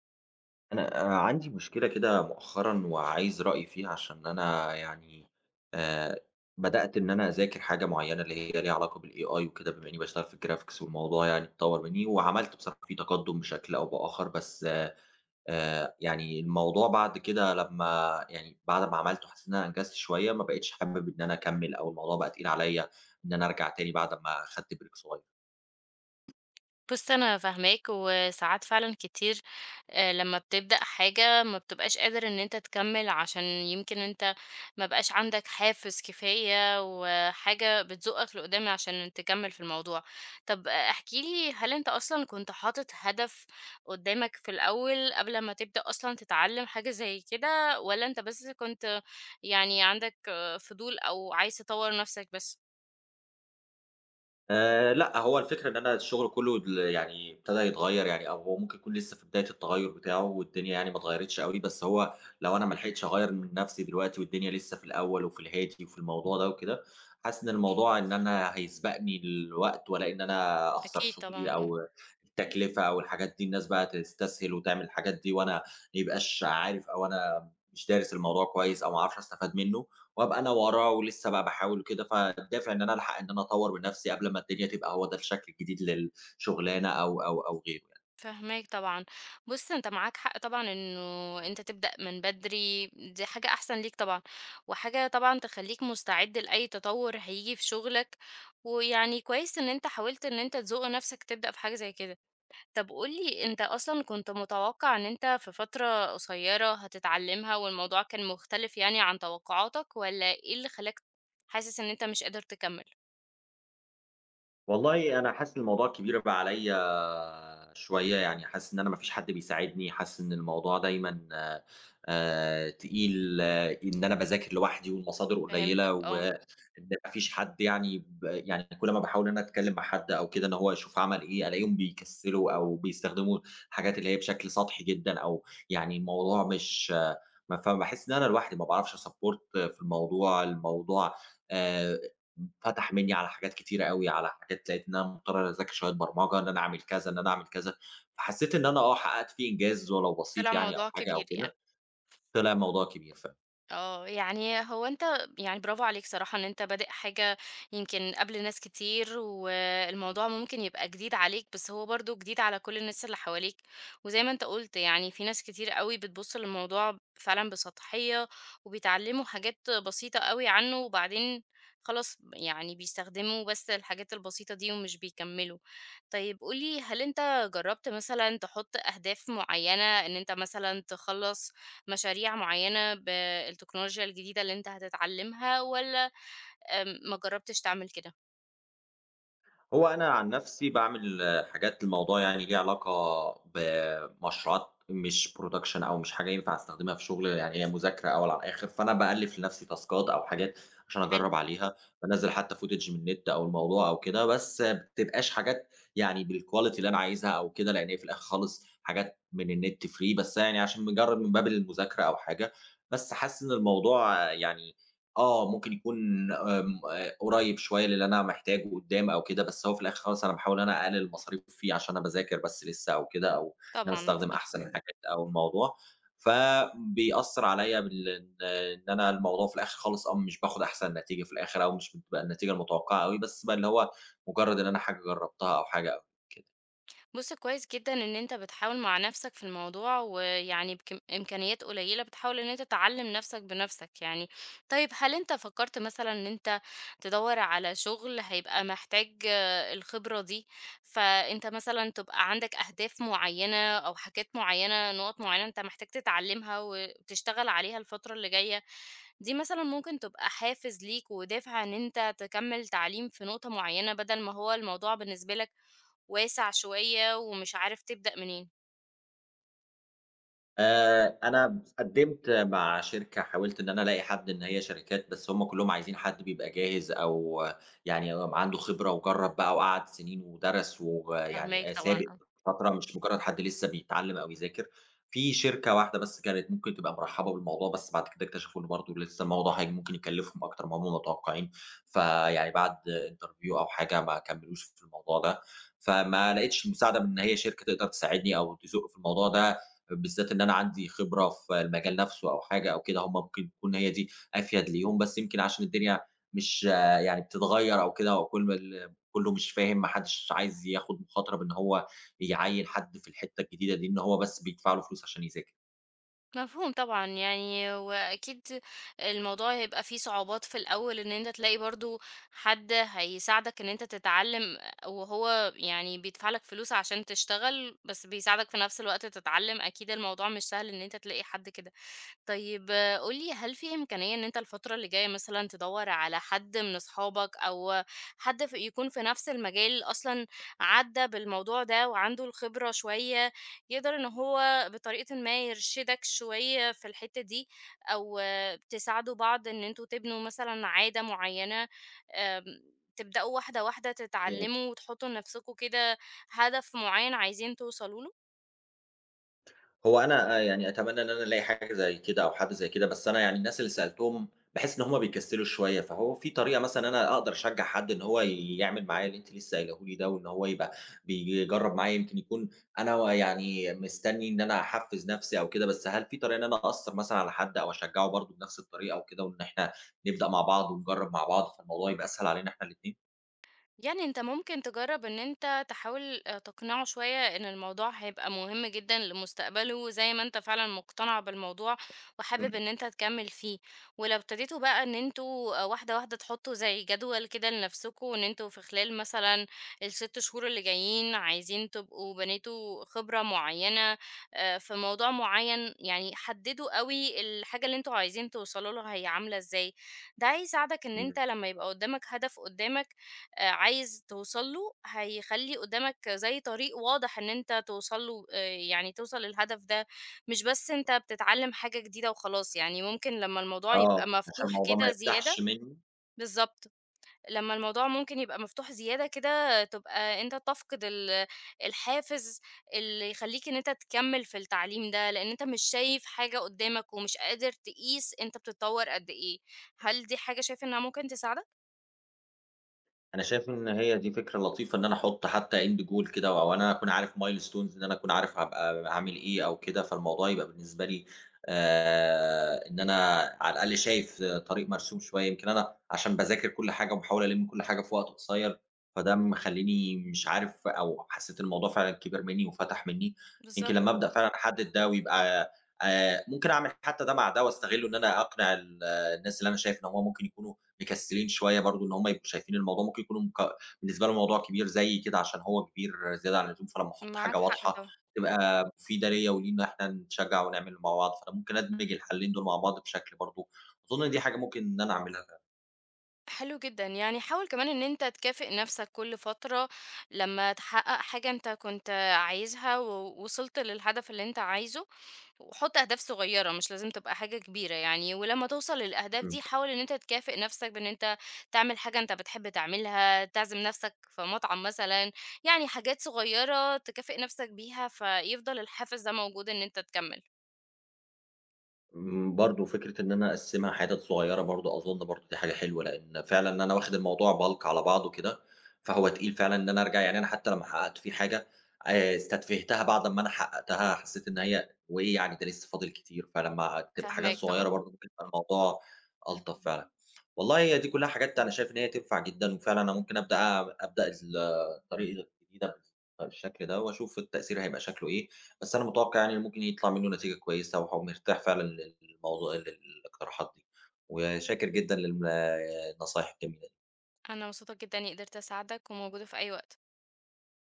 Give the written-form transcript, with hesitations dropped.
أنا عندي مشكلة كده مؤخرًا وعايز رأي فيها عشان أنا يعني آآ بدأت إن أنا أذاكر حاجة معيّنة اللي هي ليها علاقة بالAI وكده، بما إنّي باشتغل في الgraphics والموضوع يعني اتطوّر منّي، وعملت بصراحة فيه تقدُّم بشكل أو بآخر. بس يعني الموضوع بعد كده لمّا يعني بعد ما عملته، حسّيت إن أنا أنجزت شوية، ما بقيتش حابب إن أنا أكمّل أو الموضوع بقى تقيل عليّا إن أنا أرجع تاني بعد ما أخدت break صغيّر. بُص، أنا فاهماك، وساعات فعلًا كتير لمّا بتبدأ حاجة ما بتبقاش قادر إن أنت تكمّل، عشان يمكن أنت ما بقاش عندك حافز كفاية، وحاجة بتزُقك لقدام عشان تكمّل في الموضوع. طب احكِ لي، هل أنت أصلًا كنت حاطط هدف قدامك في الأول قبل ما تبدأ أصلًا تتعلم حاجة زي كده، والّا أنت بس كنت يعني عندك فضول أو عايز تطوّر نفسك بس؟ لأ، هو الفكرة إن أنا الشغل كُلّه يعني ابتدى يتغيّر، يعني أو هو ممكن يكون لسه في بداية التغيُّر بتاعه والدنيا يعني ما اتغيّرتش أوي. بس هو لو أنا ما لحقتش أغيّر من نَفْسي دلوقتي والدنيا لسه في الأول وفي الهادي وفي الموضوع ده وكده، حاسس إن الموضوع إن أنا هيسبقني الوقت، ولا إن أنا أخسر أكيد طبعًا. شغلي أو التكلفة أو الحاجات دي، الناس بقى تستسهل وتعمل الحاجات دي وأنا ما يبقاش عارف أو أنا مش دارس الموضوع كويس أو ما اعرفش أستفاد منّه. وأبقى أنا وراه ولسه بقى باحاول وكده، فالدافع إن أنا ألحق إن أنا أطوّر من نَفْسي قبل ما الدنيا تبقى هو ده الشكل الجديد للشغلانة أو غيره يعني. فاهماك طبعًا. بُص، أنت معاك حق طبعًا إنه أنت تبدأ من بدري، دي حاجة أحسن ليك طبعًا، وحاجة طبعًا تخلّيك مستعد لأي تطوّر هييجي في شغلك، ويعني كويس إن أنت حاولت إن أنت تزُق نَفْسك تبدأ في حاجة زي كده. طَب قُل لي، أنت أصلًا كنت متوقّع إن أنت في فترة قصيّرة هتتعلّمها والموضوع كان مختلف يعني عن توقعاتك والّا إيه اللي خلّاك حاسس إن أنت مش قادر تكمّل؟ والله أنا حاسس إن الموضوع كبير بقى عليّا شوية، يعني حاسس إن أنا ما فيش حد بيساعدني، حاسس إن الموضوع دايمًا تقيل، إن أنا باذاكر لوحدي والمصادر فهمتك قليّلة، و آه. إن ما فيش حد يعني يعني كل ما باحاول إن أنا أتكلم مع حد أو كده إن هو يشوف عمل إيه، ألاقيهم بيكسّلوا أو بيستخدموا الحاجات اللي هي بشكل سطحي جدًا، أو يعني الموضوع مش ما فباحس إن أنا لوحدي ما باعرفش أsupport في الموضوع. الموضوع آآ فتح منّي على حاجات كتيرة أوي، على حاجات لقيت إن أنا مضطر أذاكر شوية برمجة، إن أنا أعمل كذا، إن أنا أعمل كذا، فحسّيت إن أنا حققت فيه إنجاز ولو بسيط طلع يعني أو موضوع حاجة أو كبير يعني. كده. طلع الموضوع كبير فعلًا. آه، يعني هو أنت يعني برافو عليك صراحة إن أنت بادئ حاجة يمكن قبل ناس كتير، والموضوع ممكن يبقى جديد عليك، بس هو برضه جديد على كل الناس اللي حواليك، وزي ما أنت قُلت يعني في ناس كتير أوي بتبُص للموضوع فعلًا بسطحية، وبيتعلموا حاجات بسيطة أوي عنه، وبعدين خلاص يعني بيستخدموا بس الحاجات البسيطة دي ومش بيكمّلوا. طيب، قُل لي، هل أنت جرّبت مثلًا تحط أهداف معيّنة إن أنت مثلًا تخلّص مشاريع معيّنة بالتكنولوجيا الجديدة اللي أنت هتتعلّمها والّا ما جرّبتش تعمل كده؟ هو أنا عن نفسي باعمل حاجات الموضوع يعني ليه علاقة بمشروعات مش production أو مش حاجة ينفع أستخدمها في شغل، يعني هي مذاكرة أول على الآخر، فأنا بألِّف لنفسي تاسكات أو حاجات عشان حلو، أجرّب عليها. بانزّل حتى footage من النت أو الموضوع أو كده، بس ما بتبقاش حاجات يعني بالquality اللي أنا عايزها أو كده، لإن هي في الآخر خالص حاجات من النت free، بس يعني عشان مجرّد من باب المذاكرة أو حاجة. بس حاسس إن الموضوع يعني ممكن يكون آمم آه، قريب شوية للي أنا محتاجه قدّام أو كده، بس هو في الآخر خالص أنا باحاول إن أنا أقلل المصاريف فيه عشان أنا باذاكر بس لسه أو كده، أو إن أنا طبعًا أستخدم أحسن تمام الحاجات أو الموضوع، فبيأثّر عليَّ إن أنا الموضوع في الآخر خالص مش باخد أحسن نتيجة في الآخر، أو مش بتبقى النتيجة المتوقعة أوي، بس بقى اللي هو مجرّد إن أنا حاجة جرّبتها أو حاجة أو كده. بُص، كويس جدًا إن أنت بتحاول مع نفسك في الموضوع، ويعني بكم إمكانيات قليلة بتحاول إن أنت تعلّم نفسك بنفسك يعني. طيب، هل أنت فكرت مثلًا إن أنت تدوّر على شغل هيبقى محتاج الخبرة دي، فأنت مثلًا تبقى عندك أهداف معيّنة أو حاجات معيّنة، نقط معيّنة أنت محتاج تتعلمها وتشتغل عليها الفترة اللي جاية، دي مثلًا ممكن تبقى حافز ليك ودافع إن أنت تكمّل تعليم في نقطة معيّنة بدل ما هو الموضوع بالنسبة لك واسع شوية ومش عارف تبدأ منين. أنا قدّمت مع شركة حاولت إن أنا ألاقي حد إن هي شركات، بس هم كلّهم عايزين حد بيبقى جاهز أو يعني عنده خبرة وجرّب بقى وقعد سنين ودرس فاهماك ويعني طبعًا سابق آه. فترة، مش مجرّد حد لسه بيتعلّم أو يذاكر. في شركة واحدة بس كانت ممكن تبقى مرحّبة بالموضوع، بس بعد كده اكتشفوا إن برضه لسه الموضوع هي ممكن يكلّفهم أكتر ما هم متوقعين، فيعني بعد interview أو حاجة ما كمّلوش في الموضوع ده. فما لقيتش مساعدة من إن هي شركة تقدر تساعدني أو تزُق في الموضوع ده، بالذات إن أنا عندي خبرة في المجال نفسه أو حاجة أو كده، هم ممكن تكون هي دي أفيد ليهم. بس يمكن عشان الدنيا مش يعني بتتغيّر أو كده، وكل ما كله مش فاهم، ما حدش عايز ياخد مخاطرة بإن هو يعيّن حد في الحتّة الجديدة دي، إن هو بس بيدفع له فلوس عشان يذاكر. مفهوم طبعًا يعني، وأكيد الموضوع هيبقى فيه صعوبات في الأول إن أنت تلاقي برضه حد هيساعدك إن أنت تتعلّم، وهو يعني بيدفع لك فلوس عشان تشتغل، بس بيساعدك في نفس الوقت تتعلّم. أكيد الموضوع مش سهل إن أنت تلاقي حد كده. طيب، قُل لي، هل في إمكانية إن أنت الفترة اللي جاية مثلًا تدوّر على حد من أصحابك أو حد ف يكون في نفس المجال أصلًا عدّى بالموضوع ده وعنده الخبرة شوية، يقدر إن هو بطريقةٍ ما يرشدك شوية في الحتّة دي، أو تساعدوا بعض إن أنتم تبنوا مثلًا عادة معيّنة، تبدأوا واحدة، واحدة تتعلموا وتحطّوا لنفسكم كده هدف معيّن عايزين توصلوا له؟ هو أنا يعني أتمنى إن أنا ألاقي حاجة زي كده أو حد زي كده، بس أنا يعني الناس اللي سألتهم باحس إن هم بيكسّلوا شوية، فهو في طريقة مثلًا أنا أقدر أشجّع حد إن هو يعمل معايا اللي أنتِ لسه قايلاه لي ده وإن هو يبقى بيجرّب معايا، يمكن يكون أنا يعني مستني إن أنا أحفّز نَفْسي أو كده، بس هل في طريقة إن أنا أأثّر مثلًا على حد أو أشجّعه برضه بنَفْس الطريقة وكده، وإن إحنا نبدأ مع بعض ونجرّب مع بعض فالموضوع يبقى أسهل علينا إحنا الاتنين؟ يعني أنت ممكن تجرّب إن أنت تحاول تقنعه شوية إن الموضوع هيبقى مهم جدًا لمستقبله، زي ما أنت فعلًا مقتنع بالموضوع وحابب إمم. إن أنت تكمّل فيه، ولو ابتديتوا بقى إن أنتم واحدة، واحدة تحطّوا زي جدول كده لنفسكم إن أنتم في خلال مثلًا ال6 شهور اللي جايين عايزين تبقوا بنيتوا خبرة معيّنة في موضوع معيّن، يعني حدّدوا أوي الحاجة اللي أنتم عايزين توصلوا لها هي عاملة إزاي. ده هيساعدك إن أنت إمم. لمّا يبقى قدّامك هدف قدّامك عايز توصل له، هيخلّي قدّامك زي طريق واضح إن أنت توصل له يعني توصل للهدف ده، مش بس أنت بتتعلّم حاجة جديدة وخلاص. يعني ممكن لمّا الموضوع يبقى آه، عشان مفتوح الموضوع ما كده زيادة. يفتحش منّي. بالضبط، لمّا الموضوع ممكن يبقى مفتوح زيادة كده تبقى أنت تفقد الحافز اللي يخلّيك إن أنت تكمّل في التعليم ده، لإن أنت مش شايف حاجة قدّامك ومش قادر تقيس أنت بتتطوّر قد إيه. هل دي حاجة شايف إنها ممكن تساعدك؟ أنا شايف إن هي دي فكرة لطيفة إن أنا أحُط حتى end goal كده، أو أنا أكون عارف milestones إن أنا أكون عارف هابقى هاعمل إيه أو كده، فالموضوع يبقى بالنسبة لي إن أنا على الأقل شايف طريق مرسوم شوية. يمكن أنا عشان باذاكر كل حاجة وباحاول ألِم كل حاجة في وقت قصير، فده مخلّيني مش عارف أو حسّيت الموضوع فعلًا كبر منّي وفتح منّي. يمكن بالضبط، لمّا أبدأ فعلًا أحدد ده ويبقى ممكن أعمل حتى ده مع ده وأستغلّه إن أنا أقنع الناس اللي أنا شايف إن هم ممكن يكونوا مكسلين شوية برضه، إن هم يبقوا شايفين الموضوع ممكن يكونوا بالنسبة له الموضوع كبير زيي كده عشان هو كبير زيادة عن اللزوم، فلمّا أحط معاك حاجة حق واضحة طبعًا. تبقى مفيدة ليّا وليه إن إحنا نتشجع ونعمل مع بعض، فأنا ممكن أدمج الحلّين دول مع بعض بشكل برضه، أظن دي حاجة ممكن إن أنا أعملها. حلو جدًا، يعني حاول كمان إن أنت تكافئ نفسك كل فترة لمّا تحقق حاجة أنت كنت عايزها ووصلت للهدف اللي أنت عايزه، وحُط أهداف صغيرة مش لازم تبقى حاجة كبيرة يعني، ولمّا توصل للأهداف إمم. دي حاول إن أنت تكافئ نفسك بإن أنت تعمل حاجة أنت بتحب تعملها، تعزم نفسك في مطعم مثلًا. يعني حاجات صغيرة تكافئ نفسك بيها فيفضل الحافز ده موجود إن أنت تكمّل. إمم، برضه فكرة إن أنا أقسّمها حتت صغيّرة برضه، أظن برضه دي حاجة حلوة، لإن فعلًا إن أنا واخد الموضوع bulk على بعضه كده، فهو تقيل فعلًا إن أنا أرجع. يعني أنا حتى لمّا حققت فيه حاجة استتفهتها بعد أمّا أنا حققتها، حسّيت إن هي وإيه يعني ده لسه فاضل كتير، فلمّا تبقى حاجات فاهماك طبعًا. صغيّرة برضه ممكن يبقى الموضوع ألطف فعلًا. والله هي دي كلّها حاجات أنا شايف إن هي تنفع جدًا، وفعلًا أنا ممكن أبدأ الطريقة الجديدة بالشكل ده، وأشوف التأثير هيبقى شكله إيه. بس أنا متوقع يعني ممكن يطلع منّه نتيجة كويسة، ومرتاح فعلًا للموضوع للاقتراحات دي، وشاكر جدًا النصايح الجميلة. أنا مبسوطة جدًا إني قدرت أساعدك وموجودة في أي وقت.